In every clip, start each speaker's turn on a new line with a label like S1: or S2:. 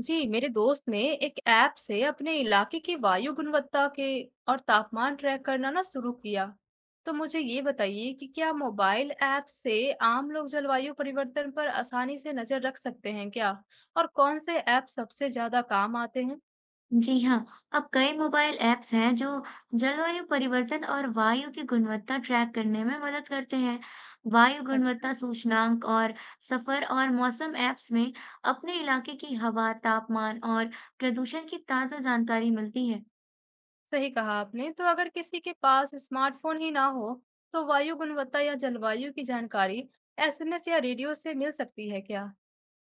S1: जी, मेरे दोस्त ने एक ऐप से अपने इलाके की वायु गुणवत्ता के और तापमान ट्रैक करना ना शुरू किया। तो मुझे ये बताइए कि क्या मोबाइल ऐप से आम लोग जलवायु परिवर्तन पर आसानी से नजर रख सकते हैं क्या? और कौन से ऐप सबसे ज्यादा काम आते हैं?
S2: जी हाँ, अब कई मोबाइल ऐप्स हैं जो जलवायु परिवर्तन और वायु की गुणवत्ता ट्रैक करने में मदद करते हैं। वायु
S1: अच्छा,
S2: गुणवत्ता सूचकांक और सफर और मौसम ऐप्स में अपने इलाके की हवा, तापमान और प्रदूषण की ताज़ा जानकारी मिलती है।
S1: सही कहा आपने। तो अगर किसी के पास स्मार्टफोन ही ना हो, तो वायु गुणवत्ता या जलवायु की जानकारी एसएमएस या रेडियो से मिल सकती है क्या?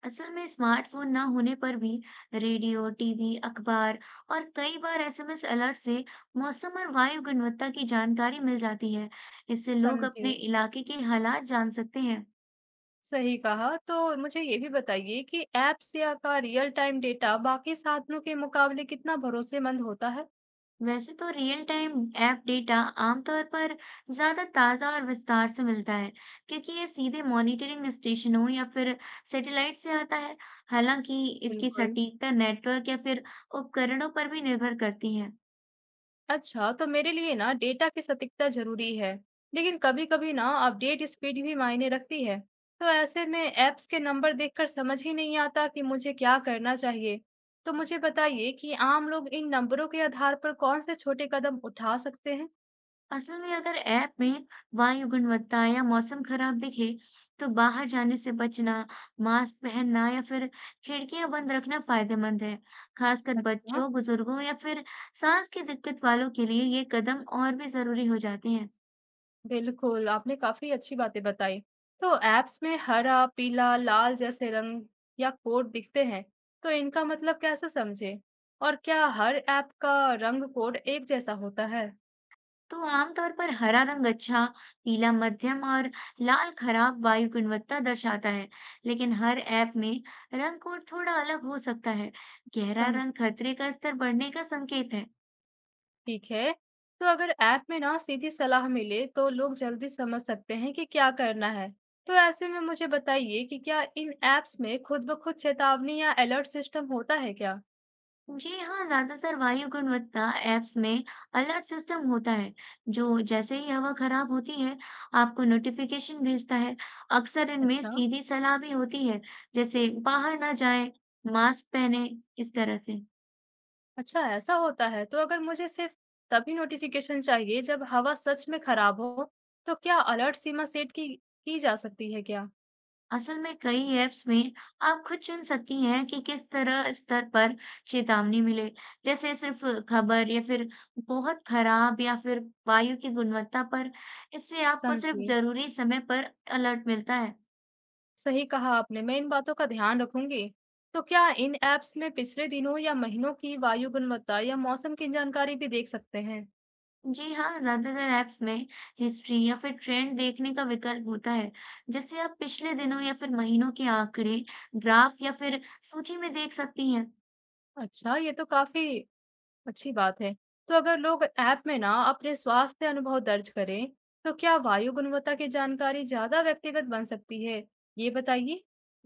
S2: असल में स्मार्टफोन ना होने पर भी रेडियो, टीवी, अखबार और कई बार एसएमएस अलर्ट से मौसम और वायु गुणवत्ता की जानकारी मिल जाती है। इससे लोग
S1: समझे।
S2: अपने इलाके के हालात जान सकते हैं।
S1: सही कहा। तो मुझे ये भी बताइए कि ऐप्स या का रियल टाइम डेटा बाकी साधनों के मुकाबले कितना भरोसेमंद होता है?
S2: वैसे तो रियल टाइम ऐप डेटा आमतौर पर ज्यादा ताजा और विस्तार से मिलता है क्योंकि ये सीधे मॉनिटरिंग स्टेशनों या फिर सैटेलाइट से आता है। हालांकि इसकी
S1: बिल्कुल।
S2: सटीकता नेटवर्क या फिर उपकरणों पर भी निर्भर करती है।
S1: अच्छा, तो मेरे लिए ना डेटा की सटीकता जरूरी है, लेकिन कभी-कभी ना अपडेट स्पीड भी मायने रखती है। तो ऐसे में ऐप्स के नंबर देखकर समझ ही नहीं आता कि मुझे क्या करना चाहिए। तो मुझे बताइए कि आम लोग इन नंबरों के आधार पर कौन से छोटे कदम उठा सकते हैं?
S2: असल में अगर ऐप में वायु गुणवत्ता या मौसम खराब दिखे, तो बाहर जाने से बचना, मास्क पहनना या फिर खिड़कियां बंद रखना फायदेमंद है। खासकर
S1: अच्छा।
S2: बच्चों, बुजुर्गों या फिर सांस की दिक्कत वालों के लिए ये कदम और भी जरूरी हो जाते हैं।
S1: बिल्कुल, आपने काफ़ी अच्छी बातें बताई। तो ऐप्स में हरा, पीला, लाल जैसे रंग या कोड दिखते हैं, तो इनका मतलब कैसे समझें? और क्या हर ऐप का रंग कोड एक जैसा होता है?
S2: तो आमतौर पर हरा रंग अच्छा, पीला मध्यम और लाल खराब वायु गुणवत्ता दर्शाता है, लेकिन हर ऐप में रंग कोड थोड़ा अलग हो सकता है। गहरा
S1: समझे,
S2: रंग खतरे का स्तर बढ़ने का संकेत है।
S1: ठीक है। तो अगर ऐप में ना सीधी सलाह मिले, तो लोग जल्दी समझ सकते हैं कि क्या करना है। तो ऐसे में मुझे बताइए कि क्या इन ऐप्स में खुद ब खुद चेतावनी या अलर्ट सिस्टम होता है क्या?
S2: जी हाँ, ज्यादातर वायु गुणवत्ता एप्स में अलर्ट सिस्टम होता है जो जैसे ही हवा खराब होती है, आपको नोटिफिकेशन भेजता है। अक्सर इनमें
S1: अच्छा।
S2: सीधी सलाह भी होती है, जैसे बाहर ना जाएं, मास्क पहने, इस तरह से।
S1: अच्छा, ऐसा होता है। तो अगर मुझे सिर्फ तभी नोटिफिकेशन चाहिए जब हवा सच में खराब हो, तो क्या अलर्ट सीमा सेट की जा सकती है क्या?
S2: असल में कई एप्स में आप खुद चुन सकती हैं कि किस तरह स्तर पर चेतावनी मिले, जैसे सिर्फ खबर या फिर बहुत खराब या फिर वायु की गुणवत्ता पर। इससे आपको सिर्फ
S1: समझिए।
S2: जरूरी समय पर अलर्ट मिलता है।
S1: सही कहा आपने, मैं इन बातों का ध्यान रखूंगी। तो क्या इन ऐप्स में पिछले दिनों या महीनों की वायु गुणवत्ता या मौसम की जानकारी भी देख सकते हैं?
S2: जी हाँ, ज़्यादातर ऐप्स में हिस्ट्री या फिर ट्रेंड देखने का विकल्प होता है, जिससे आप पिछले दिनों या फिर महीनों के आंकड़े, ग्राफ या फिर सूची में देख सकती हैं।
S1: अच्छा, ये तो काफी अच्छी बात है। तो अगर लोग ऐप में ना अपने स्वास्थ्य अनुभव दर्ज करें, तो क्या वायु गुणवत्ता की जानकारी ज्यादा व्यक्तिगत बन सकती है? ये बताइए।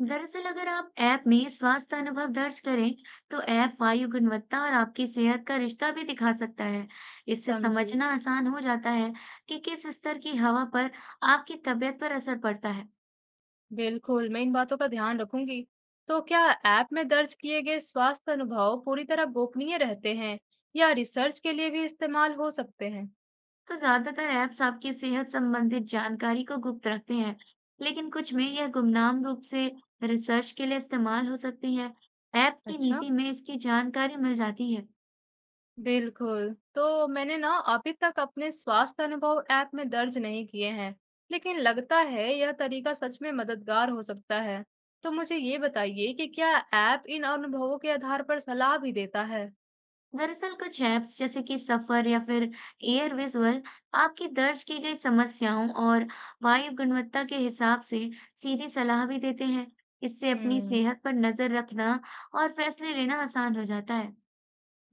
S2: दरअसल अगर आप ऐप में स्वास्थ्य अनुभव दर्ज करें, तो ऐप वायु गुणवत्ता और आपकी सेहत का रिश्ता भी दिखा सकता है। इससे
S1: समझिए।
S2: समझना आसान हो जाता है कि किस स्तर की हवा पर आपकी तबीयत पर असर पड़ता है।
S1: बिल्कुल, मैं इन बातों का ध्यान रखूंगी। तो क्या ऐप में दर्ज किए गए स्वास्थ्य अनुभव पूरी तरह गोपनीय रहते हैं या रिसर्च के लिए भी इस्तेमाल हो सकते हैं?
S2: तो ज्यादातर ऐप्स आपकी सेहत संबंधित जानकारी को गुप्त रखते हैं, लेकिन कुछ में यह गुमनाम रूप से रिसर्च के लिए इस्तेमाल हो सकती है। ऐप की
S1: अच्छा,
S2: नीति में इसकी जानकारी मिल जाती है।
S1: बिल्कुल। तो मैंने ना अभी तक अपने स्वास्थ्य अनुभव ऐप में दर्ज नहीं किए हैं, लेकिन लगता है यह तरीका सच में मददगार हो सकता है। तो मुझे ये बताइए कि क्या ऐप इन अनुभवों के आधार पर सलाह भी देता है?
S2: दरअसल कुछ ऐप्स जैसे कि सफर या फिर एयर विजुअल आपकी दर्ज की गई समस्याओं और वायु गुणवत्ता के हिसाब से सीधी सलाह भी देते हैं। इससे अपनी
S1: हम्म।
S2: सेहत पर नजर रखना और फैसले लेना आसान हो जाता है।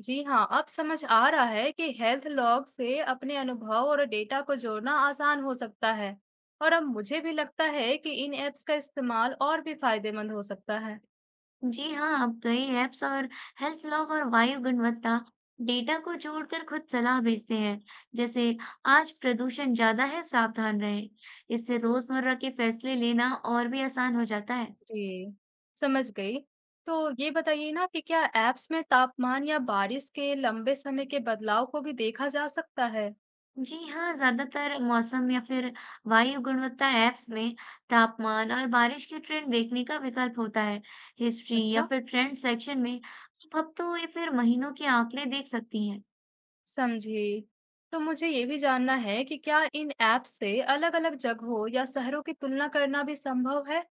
S1: जी हाँ, अब समझ आ रहा है कि हेल्थ लॉग से अपने अनुभव और डेटा को जोड़ना आसान हो सकता है, और अब मुझे भी लगता है कि इन ऐप्स का इस्तेमाल और भी फायदेमंद हो सकता है।
S2: जी हाँ, अब कई ऐप्स और हेल्थ लॉग और वायु गुणवत्ता डेटा को जोड़कर खुद सलाह भेजते हैं, जैसे आज प्रदूषण ज्यादा है, सावधान रहें। इससे रोजमर्रा के फैसले लेना और भी आसान हो जाता है।
S1: जी, समझ गई। तो ये बताइए ना कि क्या ऐप्स में तापमान या बारिश के लंबे समय के बदलाव को भी देखा जा सकता है?
S2: जी हाँ, ज्यादातर मौसम या फिर वायु गुणवत्ता ऐप्स में तापमान और बारिश की ट्रेंड देखने का विकल्प होता है। हिस्ट्री या
S1: अच्छा,
S2: फिर ट्रेंड सेक्शन में आप हफ्तों या फिर महीनों के आंकड़े देख सकती हैं।
S1: समझी। तो मुझे ये भी जानना है कि क्या इन ऐप्स से अलग-अलग जगहों या शहरों की तुलना करना भी संभव है?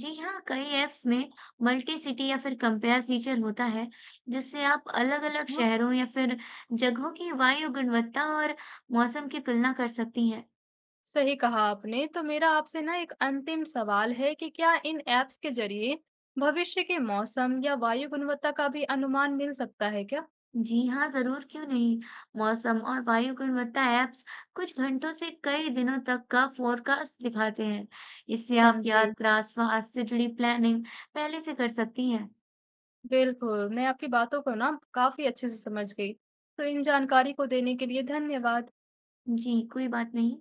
S2: जी हाँ, कई ऐप्स में मल्टी सिटी या फिर कंपेयर फीचर होता है, जिससे आप अलग-अलग
S1: अच्छा।
S2: शहरों या फिर जगहों की वायु गुणवत्ता और मौसम की तुलना कर सकती हैं।
S1: सही कहा आपने, तो मेरा आपसे ना एक अंतिम सवाल है कि क्या इन ऐप्स के जरिए भविष्य के मौसम या वायु गुणवत्ता का भी अनुमान मिल सकता है क्या?
S2: जी हाँ, जरूर क्यों नहीं। मौसम और वायु गुणवत्ता ऐप्स कुछ घंटों से कई दिनों तक का फोरकास्ट दिखाते हैं। इससे आप
S1: समझिए।
S2: यात्रा, स्वास्थ्य से जुड़ी प्लानिंग पहले से कर सकती हैं।
S1: बिल्कुल, मैं आपकी बातों को ना काफी अच्छे से समझ गई। तो इन जानकारी को देने के लिए धन्यवाद।
S2: जी, कोई बात नहीं।